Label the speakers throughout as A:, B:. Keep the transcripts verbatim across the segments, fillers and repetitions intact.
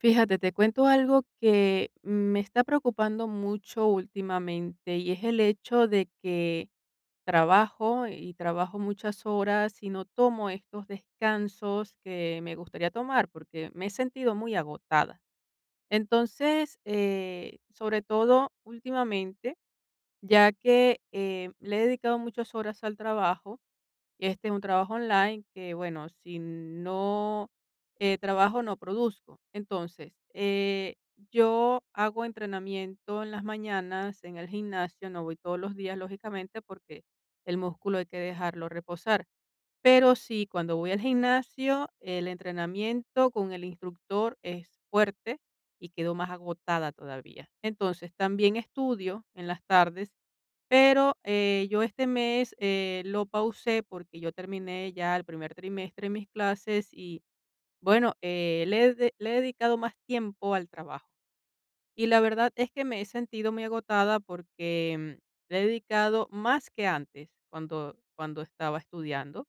A: Fíjate, te cuento algo que me está preocupando mucho últimamente y es el hecho de que trabajo y trabajo muchas horas y no tomo estos descansos que me gustaría tomar porque me he sentido muy agotada. Entonces, eh, sobre todo últimamente, ya que eh, le he dedicado muchas horas al trabajo, y este es un trabajo online que, bueno, si no eh, trabajo, no produzco. Entonces, eh, yo hago entrenamiento en las mañanas en el gimnasio, no voy todos los días, lógicamente, porque el músculo hay que dejarlo reposar. Pero sí, cuando voy al gimnasio, el entrenamiento con el instructor es fuerte y quedo más agotada todavía. Entonces, también estudio en las tardes pero, eh, yo este mes, eh, lo pausé porque yo terminé ya el primer trimestre de mis clases y, bueno, eh, le he de le he dedicado más tiempo al trabajo. Y la verdad es que me he sentido muy agotada porque, mm, le he dedicado más que antes, cuando cuando estaba estudiando,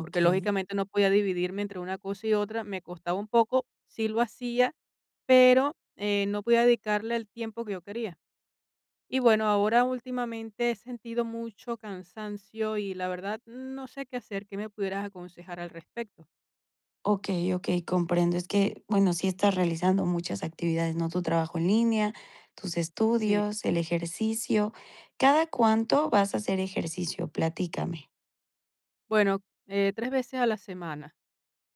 A: porque
B: Okey.
A: lógicamente no podía dividirme entre una cosa y otra, me costaba un poco, sí lo hacía, pero, eh, no podía dedicarle el tiempo que yo quería. Y bueno, ahora últimamente he sentido mucho cansancio y la verdad no sé qué hacer, ¿qué me pudieras aconsejar al respecto?
B: Okey, okey, comprendo. Es que, bueno, sí estás realizando muchas actividades, ¿no? Tu trabajo en línea, tus
A: Sí.
B: estudios, el ejercicio. ¿Cada cuánto vas a hacer ejercicio? Platícame.
A: Bueno, eh, tres veces a la semana,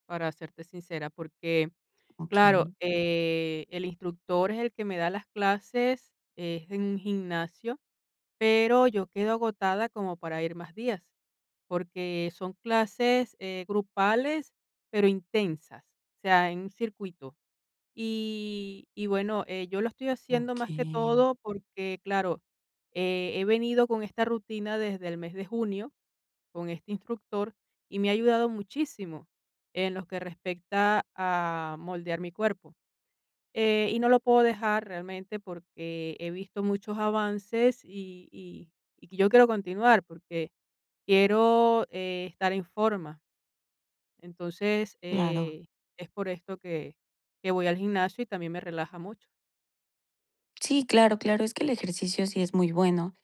A: para serte sincera, porque
B: Okey,
A: claro, eh, el instructor es el que me da las clases, es en un gimnasio, pero yo quedo agotada como para ir más días, porque son clases eh, grupales, pero intensas, o sea, en un circuito. Y y bueno, eh, yo lo estoy haciendo más que
B: okey.
A: todo porque, claro, eh, he venido con esta rutina desde el mes de junio, con este instructor, y me ha ayudado muchísimo en lo que respecta a moldear mi cuerpo. Eh, y no lo puedo dejar realmente porque he visto muchos avances y y y que yo quiero continuar porque quiero, eh, estar en forma. Entonces,
B: Claro.
A: eh, es por esto que que voy al gimnasio y también me relaja mucho.
B: Sí, claro, claro. Es que el ejercicio sí es muy bueno.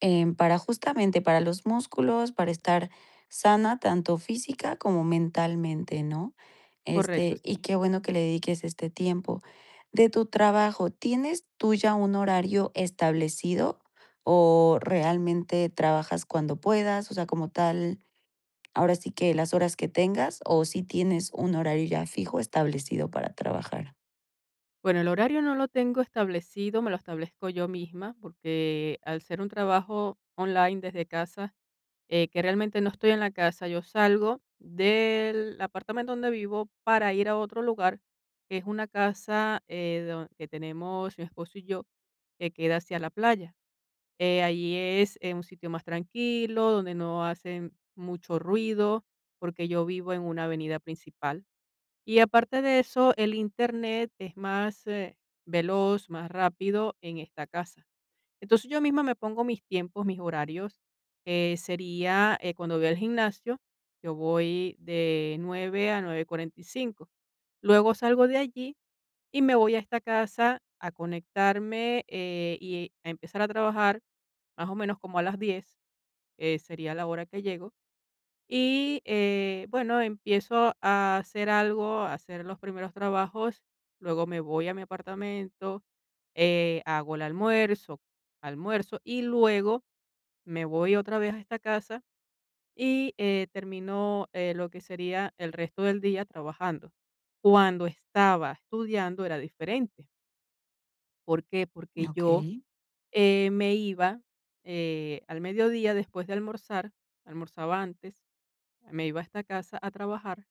B: em, Para justamente para los músculos, para estar sana tanto física como mentalmente, ¿no?
A: Correcto,
B: Este, y
A: sí.
B: qué bueno que le dediques este tiempo. De tu trabajo, ¿tienes tú ya un horario establecido o realmente trabajas cuando puedas? O sea, como tal, ahora sí que las horas que tengas o si tienes un horario ya fijo establecido para trabajar.
A: Bueno, el horario no lo tengo establecido, me lo establezco yo misma, porque al ser un trabajo online desde casa, eh, que realmente no estoy en la casa, yo salgo del apartamento donde vivo para ir a otro lugar, que es una casa eh, don- que tenemos mi esposo y yo, que queda hacia la playa. Eh, allí es eh, un sitio más tranquilo, donde no hacen mucho ruido, porque yo vivo en una avenida principal. Y aparte de eso, el Internet es más, eh, veloz, más rápido en esta casa. Entonces, yo misma me pongo mis tiempos, mis horarios, eh, sería, eh, cuando voy al gimnasio, yo voy de nueve a nueve cuarenta y cinco. Luego salgo de allí y me voy a esta casa a conectarme, eh, y a empezar a trabajar más o menos como a las diez, que sería la hora que llego. Y, eh, bueno, empiezo a hacer algo, a hacer los primeros trabajos, luego me voy a mi apartamento, eh, hago el almuerzo almuerzo, y luego me voy otra vez a esta casa y, eh, termino, eh, lo que sería el resto del día trabajando. Cuando estaba estudiando era diferente, ¿por qué? Porque
B: Ok,
A: yo, eh, me iba, eh, al mediodía después de almorzar, almorzaba antes, me iba a esta casa a trabajar.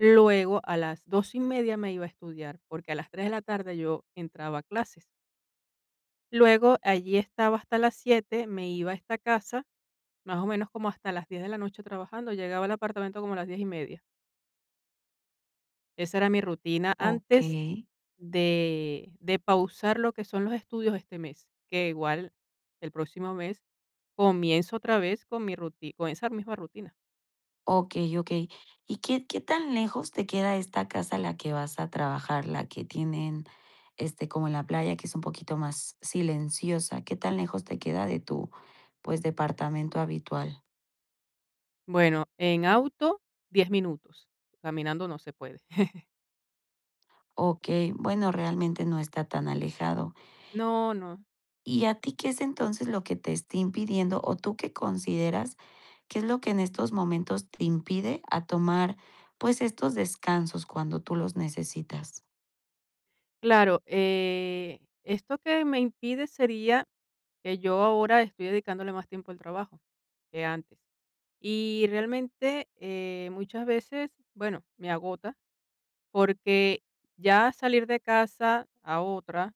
A: Luego, a las dos y media me iba a estudiar, porque a las tres de la tarde yo entraba a clases. Luego, allí estaba hasta las siete, me iba a esta casa, más o menos como hasta las diez de la noche trabajando, llegaba al apartamento como a las diez y media. Esa era mi rutina
B: ok.
A: antes de de pausar lo que son los estudios este mes, que igual el próximo mes comienzo otra vez con mi rutina, con esa misma rutina.
B: Okey, okey. ¿Y qué qué tan lejos te queda esta casa a la que vas a trabajar? La que tienen, este, como en la playa, que es un poquito más silenciosa. ¿Qué tan lejos te queda de tu, pues, departamento habitual?
A: Bueno, en auto, diez minutos, caminando no se puede.
B: Okey, bueno, realmente no está tan alejado.
A: No, no.
B: ¿Y a ti qué es entonces lo que te está impidiendo, o tú qué consideras que es lo que en estos momentos te impide a tomar, pues, estos descansos cuando tú los necesitas?
A: Claro, eh, esto que me impide sería que yo ahora estoy dedicándole más tiempo al trabajo que antes. Y realmente eh, muchas veces, bueno, me agota porque ya salir de casa a otra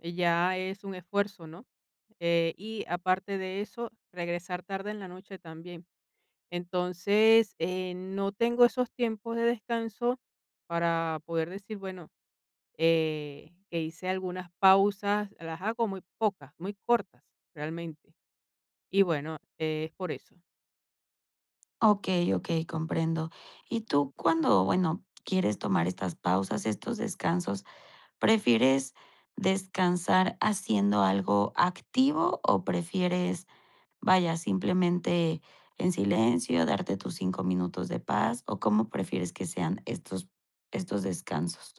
A: eh, ya es un esfuerzo, ¿no? Eh, y aparte de eso, regresar tarde en la noche también. Entonces, eh, no tengo esos tiempos de descanso para poder decir, bueno, eh, que hice algunas pausas, las hago muy pocas, muy cortas, realmente. Y bueno, eh, es por eso.
B: Okey, okey, comprendo. Y tú cuando, bueno, quieres tomar estas pausas, estos descansos, ¿prefieres descansar haciendo algo activo o prefieres, vaya, simplemente en silencio, darte tus cinco minutos de paz? ¿O cómo prefieres que sean estos estos descansos?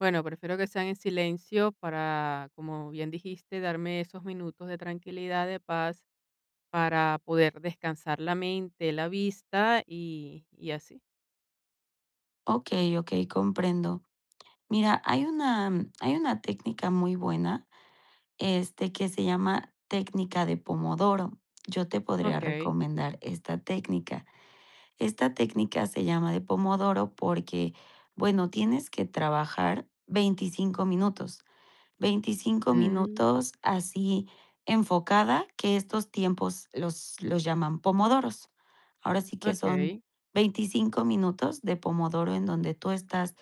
A: Bueno, prefiero que sean en silencio para, como bien dijiste, darme esos minutos de tranquilidad, de paz, para poder descansar la mente, la vista y, y así.
B: Okey, okey, comprendo. Mira, hay una hay una técnica muy buena, este, que se llama técnica de Pomodoro. Yo te podría
A: Ok.
B: recomendar esta técnica. Esta técnica se llama de Pomodoro porque, bueno, tienes que trabajar veinticinco minutos. veinticinco
A: Mm,
B: minutos así enfocada, que estos tiempos los los llaman pomodoros. Ahora sí que son
A: ok.
B: veinticinco minutos de pomodoro en donde tú estás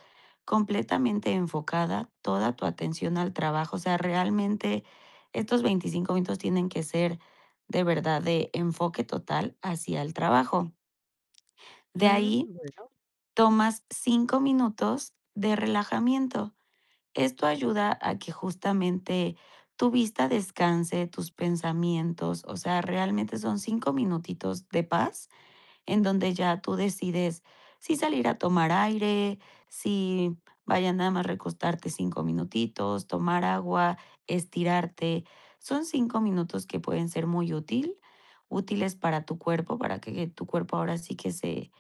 B: completamente enfocada, toda tu atención al trabajo. O sea, realmente estos veinticinco minutos tienen que ser de verdad de enfoque total hacia el trabajo. De ahí
A: Mm, bueno,
B: tomas cinco minutos de relajamiento. Esto ayuda a que justamente tu vista descanse, tus pensamientos. O sea, realmente son cinco minutitos de paz en donde ya tú decides si salir a tomar aire, si, vaya, nada más recostarte cinco minutitos, tomar agua, estirarte. Son cinco minutos que pueden ser muy útil, útiles para tu cuerpo, para que tu cuerpo ahora sí que se,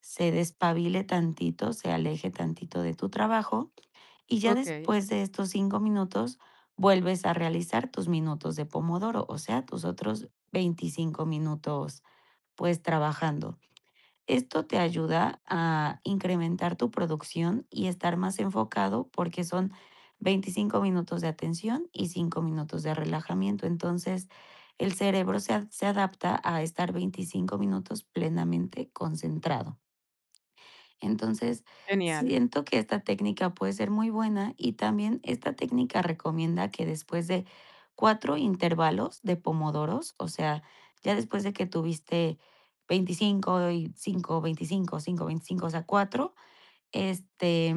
B: se despabile tantito, se aleje tantito de tu trabajo, y ya
A: ok.
B: después de estos cinco minutos, vuelves a realizar tus minutos de pomodoro, o sea, tus otros veinticinco minutos, pues, trabajando. Esto te ayuda a incrementar tu producción y estar más enfocado, porque son veinticinco minutos de atención y cinco minutos de relajamiento. Entonces, el cerebro se a se adapta a estar veinticinco minutos plenamente concentrado. Entonces,
A: Genial.
B: siento que esta técnica puede ser muy buena, y también esta técnica recomienda que después de cuatro intervalos de pomodoros, o sea, ya después de que tuviste veinticinco y cinco, veinticinco, cinco, veinticinco, o sea, cuatro, este,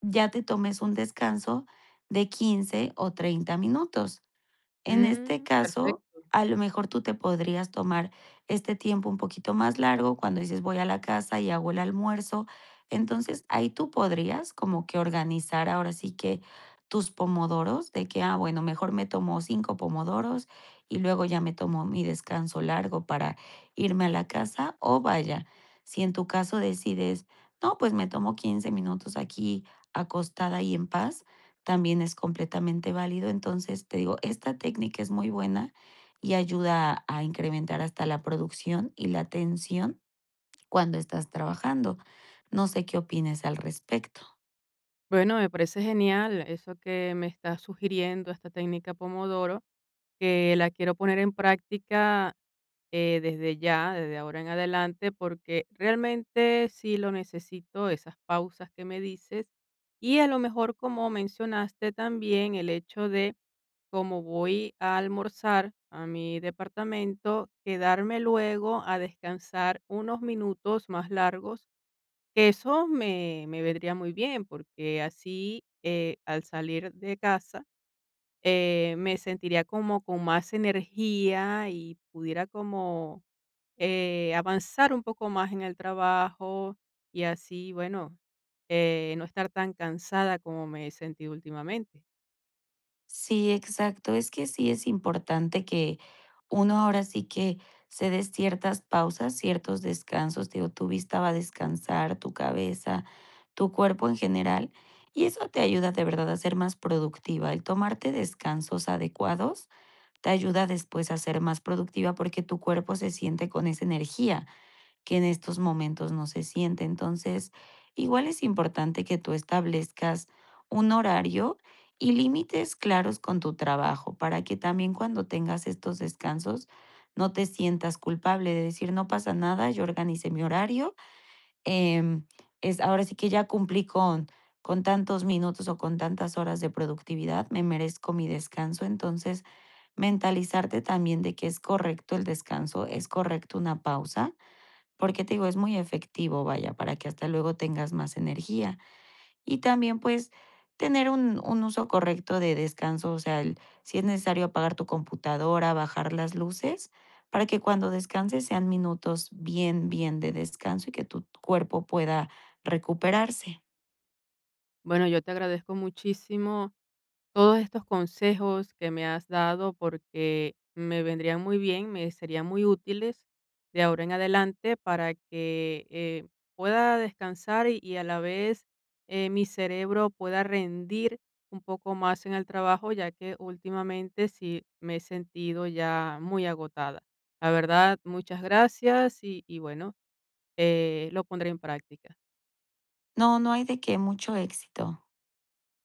B: ya te tomes un descanso de quince o treinta minutos. En este
A: Mm,
B: caso,
A: perfecto.
B: a lo mejor tú te podrías tomar este tiempo un poquito más largo cuando dices voy a la casa y hago el almuerzo. Entonces, ahí tú podrías como que organizar ahora sí que tus pomodoros de que, ah, bueno, mejor me tomo cinco pomodoros y luego ya me tomo mi descanso largo para irme a la casa, o, vaya, si en tu caso decides, no, pues me tomo quince minutos aquí acostada y en paz, también es completamente válido. Entonces, te digo, esta técnica es muy buena y ayuda a incrementar hasta la producción y la atención cuando estás trabajando. No sé qué opines al respecto.
A: Bueno, me parece genial eso que me estás sugiriendo, esta técnica Pomodoro que la quiero poner en práctica, eh, desde ya, desde ahora en adelante, porque realmente sí lo necesito, esas pausas que me dices. Y a lo mejor, como mencionaste también, el hecho de, como voy a almorzar a mi departamento, quedarme luego a descansar unos minutos más largos, que eso me, me vendría muy bien, porque así, eh, al salir de casa, eh, me sentiría como con más energía y pudiera como eh, avanzar un poco más en el trabajo y así, bueno, eh, no estar tan cansada como me he sentido últimamente.
B: Sí, exacto. Es que sí es importante que uno ahora sí que se dé ciertas pausas, ciertos descansos. Te digo, tu vista va a descansar, tu cabeza, tu cuerpo en general. Y eso te ayuda de verdad a ser más productiva. El tomarte descansos adecuados te ayuda después a ser más productiva, porque tu cuerpo se siente con esa energía que en estos momentos no se siente. Entonces, igual es importante que tú establezcas un horario y límites claros con tu trabajo para que también cuando tengas estos descansos no te sientas culpable de decir no pasa nada, yo organicé mi horario, em, es ahora sí que ya cumplí con con tantos minutos o con tantas horas de productividad, me merezco mi descanso. Entonces, mentalizarte también de que es correcto el descanso, es correcto una pausa, porque te digo, es muy efectivo, vaya, para que hasta luego tengas más energía. Y también, pues, tener un, un uso correcto de descanso, o sea, el- si es necesario apagar tu computadora, bajar las luces, para que cuando descanses sean minutos bien, bien de descanso y que tu cuerpo pueda recuperarse.
A: Bueno, yo te agradezco muchísimo todos estos consejos que me has dado porque me vendrían muy bien, me serían muy útiles de ahora en adelante para que eh, pueda descansar y, y a la vez eh, mi cerebro pueda rendir un poco más en el trabajo, ya que últimamente sí me he sentido ya muy agotada. La verdad, muchas gracias y, y bueno, eh, lo pondré en práctica.
B: No, no hay de qué, mucho éxito.